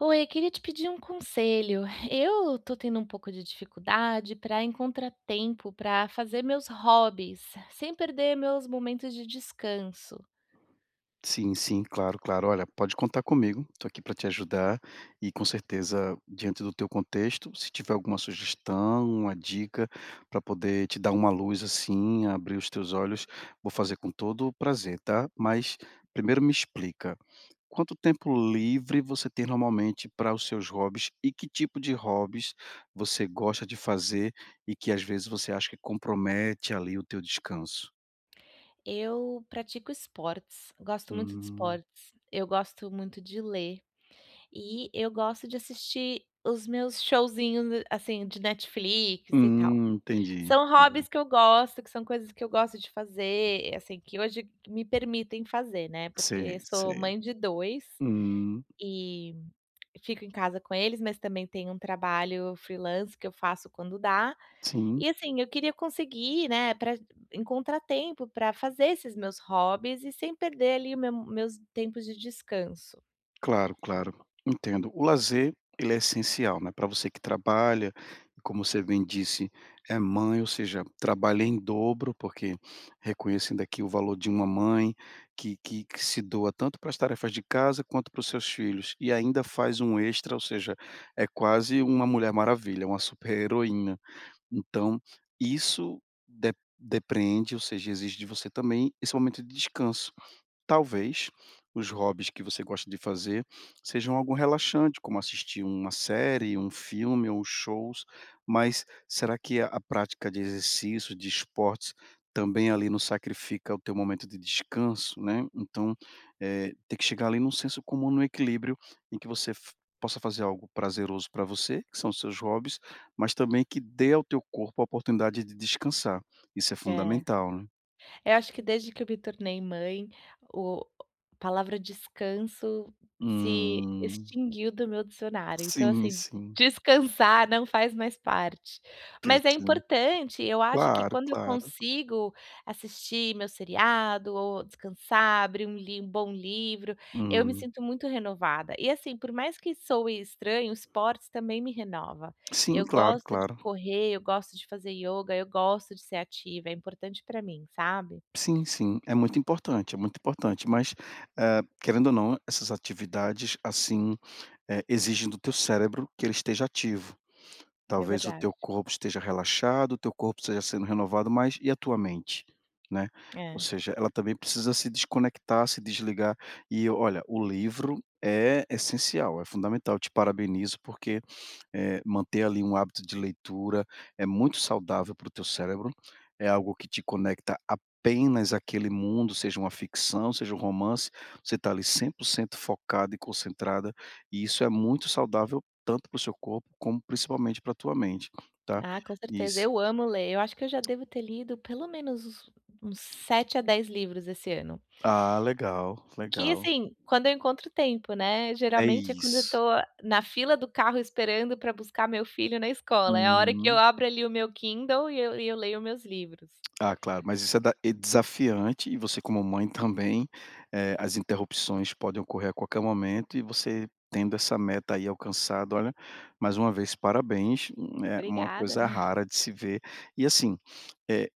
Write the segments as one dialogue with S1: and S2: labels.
S1: Oi, eu queria te pedir um conselho. Eu tô tendo um pouco de dificuldade para encontrar tempo para fazer meus hobbies, sem perder meus momentos de descanso.
S2: Sim, sim, claro, claro. Olha, pode contar comigo, estou aqui para te ajudar e com certeza, diante do teu contexto, se tiver alguma sugestão, uma dica para poder te dar uma luz assim, abrir os teus olhos, vou fazer com todo o prazer, tá? Mas primeiro me explica, quanto tempo livre você tem normalmente para os seus hobbies e que tipo de hobbies você gosta de fazer e que às vezes você acha que compromete ali o teu descanso?
S1: Eu pratico esportes, gosto muito de
S2: Hum,
S1: esportes, eu gosto muito de ler e eu gosto de assistir os meus showzinhos assim de Netflix e tal.
S2: entendi,
S1: São
S2: entendi.
S1: hobbies que eu gosto, que são coisas que eu gosto de fazer, assim, que hoje me permitem fazer, né? Porque
S2: Sei,
S1: eu sou
S2: sei.
S1: mãe de dois.
S2: Hum,
S1: E Fico em casa com eles, mas também tem um trabalho freelance que eu faço quando dá.
S2: sim,
S1: E assim, eu queria conseguir, né, para encontrar tempo para fazer esses meus hobbies e sem perder ali o meus tempos de descanso.
S2: claro, claro, entendo. O lazer, ele é essencial, né, para você que trabalha, como você bem disse, é mãe, ou seja, trabalha em dobro, porque reconhecendo aqui o valor de uma mãe que se doa tanto para as tarefas de casa quanto para os seus filhos, e ainda faz um extra, ou seja, é quase uma mulher maravilha, uma super-heroína. Então, isso de depreende, ou seja, exige de você também esse momento de descanso. Talvez os hobbies que você gosta de fazer sejam algo relaxante, como assistir uma série, um filme ou shows, mas será que a prática de exercícios, de esportes, também ali não sacrifica o teu momento de descanso, né? Então, tem que chegar ali num senso comum, num equilíbrio em que você f possa fazer algo prazeroso para você, que são os seus hobbies, mas também que dê ao teu corpo a oportunidade de descansar. Isso é
S1: É.
S2: fundamental, né?
S1: Eu acho que desde que eu me tornei mãe, o a palavra descanso se
S2: Hum,
S1: extinguiu do meu dicionário. Então,
S2: sim,
S1: assim,
S2: sim.
S1: descansar não faz mais parte. Mas é
S2: Péssimo.
S1: importante, eu acho que
S2: Claro,
S1: quando eu
S2: claro.
S1: consigo assistir meu seriado ou descansar, abrir um li um bom livro, eu me
S2: Hum.
S1: sinto muito renovada. E, assim, por mais que soe estranho, o esportes também me renova.
S2: Sim,
S1: Eu
S2: claro,
S1: gosto de
S2: claro.
S1: correr, eu gosto de fazer yoga, eu gosto de ser ativa, é importante para mim, sabe?
S2: Sim, sim, é muito importante, mas, querendo ou não, essas atividades, assim, exigem do teu cérebro que ele esteja ativo.
S1: É
S2: Talvez o teu
S1: verdade.
S2: corpo esteja relaxado, o teu corpo esteja sendo renovado, mas e a tua mente, né? Ou
S1: É.
S2: seja, ela também precisa se desconectar, se desligar. E olha, o livro é essencial, é fundamental. Eu te parabenizo porque manter ali um hábito de leitura é muito saudável para o teu cérebro, é algo que te conecta apenas àquele mundo, seja uma ficção, seja um romance, você está ali 100% focada e concentrada, e isso é muito saudável tanto para o seu corpo como principalmente para a tua mente, tá.
S1: Ah, com certeza.
S2: Isso.
S1: Eu amo ler. Eu acho que eu já devo ter lido pelo menos uns 7 a 10 livros esse ano.
S2: Ah, legal,
S1: Que,
S2: legal.
S1: assim, quando eu encontro tempo, né,
S2: É
S1: geralmente é quando eu
S2: isso.
S1: tô na fila do carro esperando para buscar meu filho na escola, é a hora que eu
S2: Uhum.
S1: abro ali o meu Kindle e eu leio meus livros.
S2: Ah, claro, mas isso é da é desafiante e você como mãe também, as interrupções podem ocorrer a qualquer momento e você tendo essa meta aí alcançada, olha, mais uma vez parabéns, é uma
S1: Obrigada.
S2: coisa rara de se ver. E assim, eh,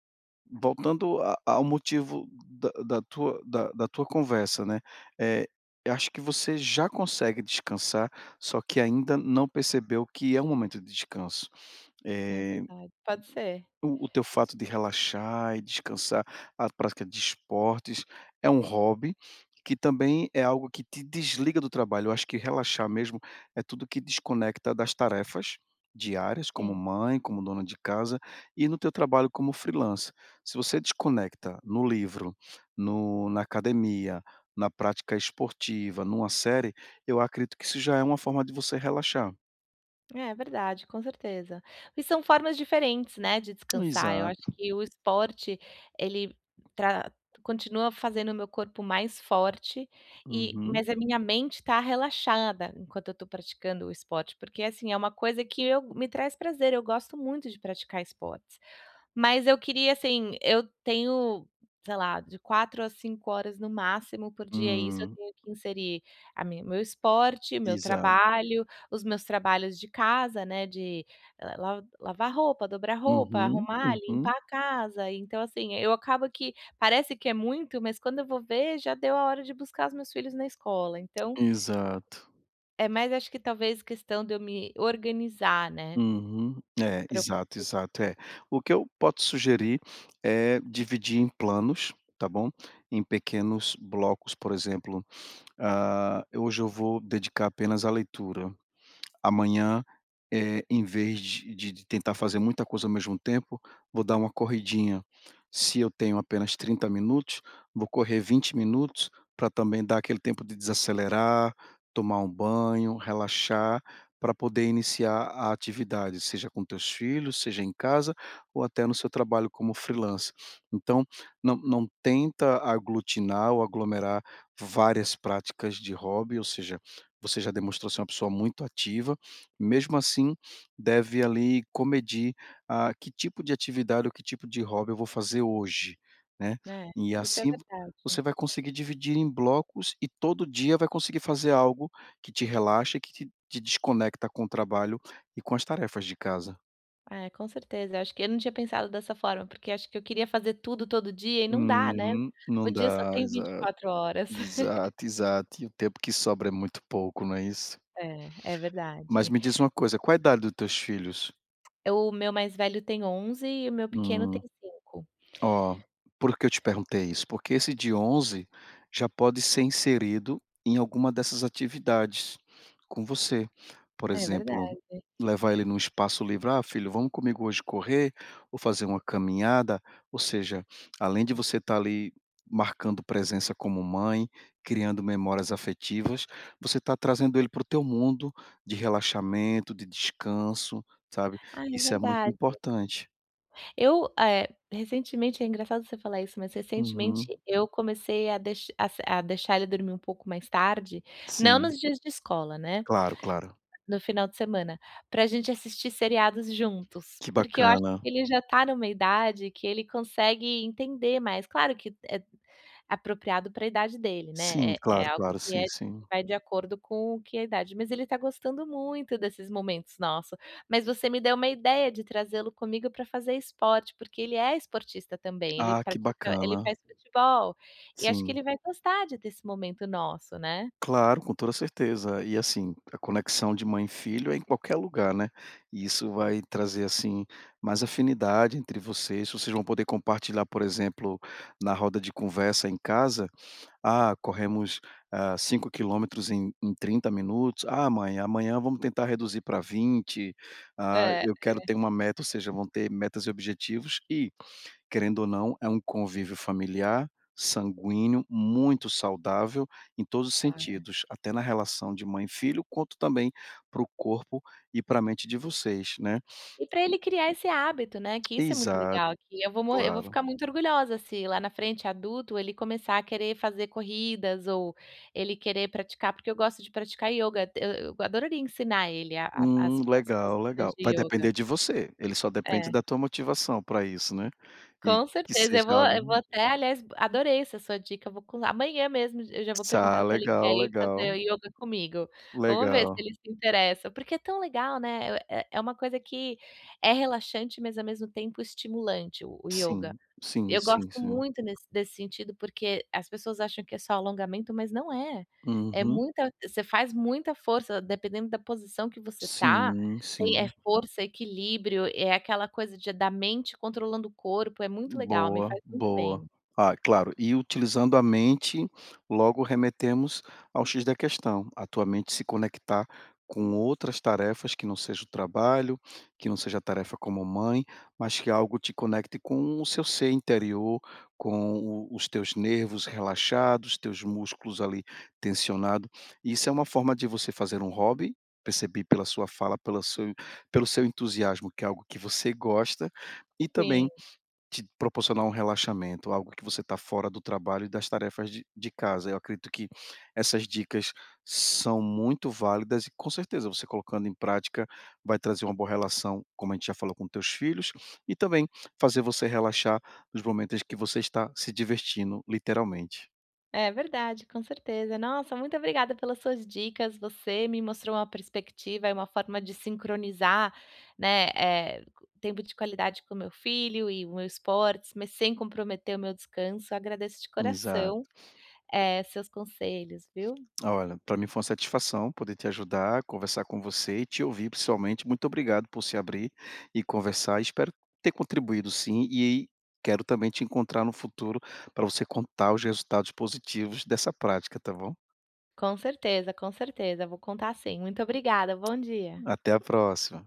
S2: voltando a ao motivo da tua conversa, né, eh, eu acho que você já consegue descansar, só que ainda não percebeu que é um momento de descanso.
S1: É
S2: Eh
S1: verdade. Pode ser.
S2: o teu fato de relaxar e descansar, a prática de esportes, é um hobby que também é algo que te desliga do trabalho. Eu acho que relaxar mesmo é tudo que desconecta das tarefas diárias, como
S1: Sim.
S2: mãe, como dona de casa e no teu trabalho como freelancer. Se você desconecta no livro, no na academia, na prática esportiva, numa série, eu acredito que isso já é uma forma de você relaxar.
S1: É verdade, com certeza. E são formas diferentes, né, de descansar. Eu acho
S2: Exato.
S1: que o esporte, ele tra continua fazendo o meu corpo mais forte e
S2: Uhum.
S1: mas a minha mente está relaxada enquanto eu estou praticando o esporte, porque, assim, é uma coisa que eu me traz prazer, eu gosto muito de praticar esportes. Mas eu queria, assim, eu tenho, sei lá, de 4 a 5 horas no máximo por dia, e isso eu
S2: Hum,
S1: tenho que inserir a minha meu esporte, meu
S2: exato.
S1: trabalho, os meus trabalhos de casa, né, de, eh, la lavar roupa, dobrar roupa,
S2: Uhum,
S1: arrumar, limpar
S2: uhum,
S1: a casa. Então, assim, eu acabo que parece que é muito, mas quando eu vou ver, já deu a hora de buscar os meus filhos na escola. Então,
S2: exato.
S1: é mais acho que talvez questão de eu me organizar, né,
S2: Uhum. É,
S1: pra eu
S2: exato, exato, é. O que eu posso sugerir é dividir em planos, tá bom? Em pequenos blocos, por exemplo, ah, hoje eu vou dedicar apenas à leitura. Amanhã, em vez de tentar fazer muita coisa ao mesmo tempo, vou dar uma corridinha. Se eu tenho apenas 30 minutos, vou correr 20 minutos para também dar aquele tempo de desacelerar, tomar um banho, relaxar, para poder iniciar a atividade, seja com teus filhos, seja em casa ou até no seu trabalho como freelancer. Então, não tenta aglutinar ou aglomerar várias práticas de hobby, ou seja, você já demonstrou ser uma pessoa muito ativa mesmo assim, deve ali comedir, ah, que tipo de atividade ou que tipo de hobby eu vou fazer hoje, né.
S1: né,
S2: E
S1: isso é
S2: assim você
S1: verdade.
S2: vai conseguir dividir em blocos e todo dia vai conseguir fazer algo que te relaxa e que te desconecta com o trabalho e com as tarefas de casa.
S1: É, com certeza. Eu acho que eu não tinha pensado dessa forma, porque acho que eu queria fazer tudo todo dia e não dá, né.
S2: Uhum, não
S1: O dia só
S2: dá,
S1: tem vinte e
S2: exato,
S1: quatro horas.
S2: exato, exato. E o tempo que sobra é muito pouco, não é isso?
S1: É, é
S2: Mas
S1: verdade.
S2: me diz uma coisa, qual é a idade dos teus filhos?
S1: O meu mais velho tem 11 e o meu pequeno tem
S2: Hum.
S1: 5.
S2: Ó, por que eu te perguntei isso? Porque esse de 11 já pode ser inserido em alguma dessas atividades com você. Por
S1: É
S2: exemplo,
S1: verdade.
S2: levar ele num espaço livre: "Ah, filho, vamos comigo hoje correr ou fazer uma caminhada". Ou seja, além de você estar ali marcando presença como mãe, criando memórias afetivas, você está trazendo ele para o teu mundo de relaxamento, de descanso, sabe.
S1: Ah, é
S2: Isso é muito
S1: verdade.
S2: importante.
S1: Eu, recentemente é engraçado você falar isso, mas recentemente
S2: Uhum,
S1: eu comecei a deix a se a deixar ele dormir um pouco mais tarde, não
S2: sim.
S1: nos dias de escola, né.
S2: Claro, claro.
S1: No final de semana, pra gente assistir seriados juntos,
S2: Que
S1: porque eu acho
S2: bacana.
S1: que ele já tá numa idade que ele consegue entender mais, claro que é apropriado pra idade dele,
S2: Sim,
S1: né, é
S2: claro,
S1: algo
S2: claro,
S1: que
S2: sim,
S1: é
S2: sim.
S1: vai de acordo com o que é a idade, mas ele tá gostando muito desses momentos nosso. Mas você me deu uma ideia de trazê-lo comigo pra fazer esporte, porque ele é esportista também,
S2: Ah, que
S1: ele
S2: bacana.
S1: faz futebol, e acho que
S2: Sim.
S1: ele vai gostar de ter esse momento nosso, né?
S2: Claro, com toda certeza. E assim, a conexão de mãe e filho é em qualquer lugar, né. E isso vai trazer, assim, mais afinidade entre vocês. Vocês vão poder compartilhar, por exemplo, na roda de conversa em casa: "Ah, corremos, ah, 5 quilômetros em 30 minutos. Ah, mãe, amanhã vamos tentar reduzir para 20. Ah,
S1: É.
S2: eu quero ter uma meta", ou seja, vão ter metas e objetivos e Querendo ou não, é um convívio familiar, sanguíneo, muito saudável em todos os
S1: Claro.
S2: sentidos, até na relação de mãe e filho, quanto também para o corpo e para a mente de vocês, né.
S1: E para ele criar esse hábito, né, que isso é muito
S2: Exato,
S1: legal, que eu vou morrer eu vou
S2: claro.
S1: ficar muito orgulhosa se lá na frente, adulto, ele começar a querer fazer corridas ou ele querer praticar, porque eu gosto de praticar ioga, eu adoraria ensinar ele a a as as
S2: Legal,
S1: posições
S2: legal. Vai
S1: de ioga.
S2: depender de você, ele só depende
S1: É.
S2: da tua motivação para isso, né, e
S1: Com
S2: que
S1: certeza,
S2: seja
S1: eu vou
S2: algo
S1: até, aliás, adorei essa sua dica, eu vou co amanhã mesmo eu já vou
S2: tá,
S1: perguntar se ele quer
S2: legal,
S1: ir fazer
S2: legal,
S1: yoga comigo. Vamos ver se
S2: legal.
S1: ele se interessa, porque é tão legal, né, é é uma coisa que é relaxante, mas ao mesmo tempo estimulante o yoga.
S2: Sim, sim,
S1: Eu
S2: sim,
S1: gosto
S2: sim.
S1: muito nesse desse sentido, porque as pessoas acham que é só alongamento, mas não é. É
S2: Uhum.
S1: muita você faz muita força, dependendo da posição que você tá,
S2: Sim,
S1: tem é
S2: sim.
S1: força, equilíbrio, é aquela coisa de da mente controlando o corpo, é muito legal, me
S2: Boa,
S1: faz muito
S2: boa.
S1: bem.
S2: Ah, claro, e utilizando a mente, logo remetemos ao X da questão, a tua mente se conectar com outras tarefas que não seja o trabalho, que não seja a tarefa como mãe, mas que algo te conecte com o seu ser interior, com o os teus nervos relaxados, teus músculos ali tensionado. Isso é uma forma de você fazer um hobby, percebi pela sua fala, pelo seu entusiasmo, que é algo que você gosta, e
S1: Sim.
S2: também te proporcionar um relaxamento, algo que você está fora do trabalho e das tarefas de casa. Eu acredito que essas dicas são muito válidas e com certeza você colocando em prática vai trazer uma boa relação, como a gente já falou, com teus filhos e também fazer você relaxar nos momentos que você está se divertindo, literalmente.
S1: É verdade, com certeza. Nossa, muito obrigada pelas suas dicas. Você me mostrou uma perspectiva e uma forma de sincronizar, né, tempo de qualidade com meu filho e o meu esportes, mas sem comprometer o meu descanso. Agradeço de coração,
S2: Exato.
S1: seus conselhos, viu?
S2: Olha, para mim foi uma satisfação poder te ajudar, conversar com você e te ouvir, principalmente. Muito obrigado por se abrir e conversar. Espero ter contribuído sim e quero também te encontrar no futuro para você contar os resultados positivos dessa prática, tá bom?
S1: Com certeza, com certeza. Vou contar sim. Muito obrigada. Bom dia.
S2: Até a próxima.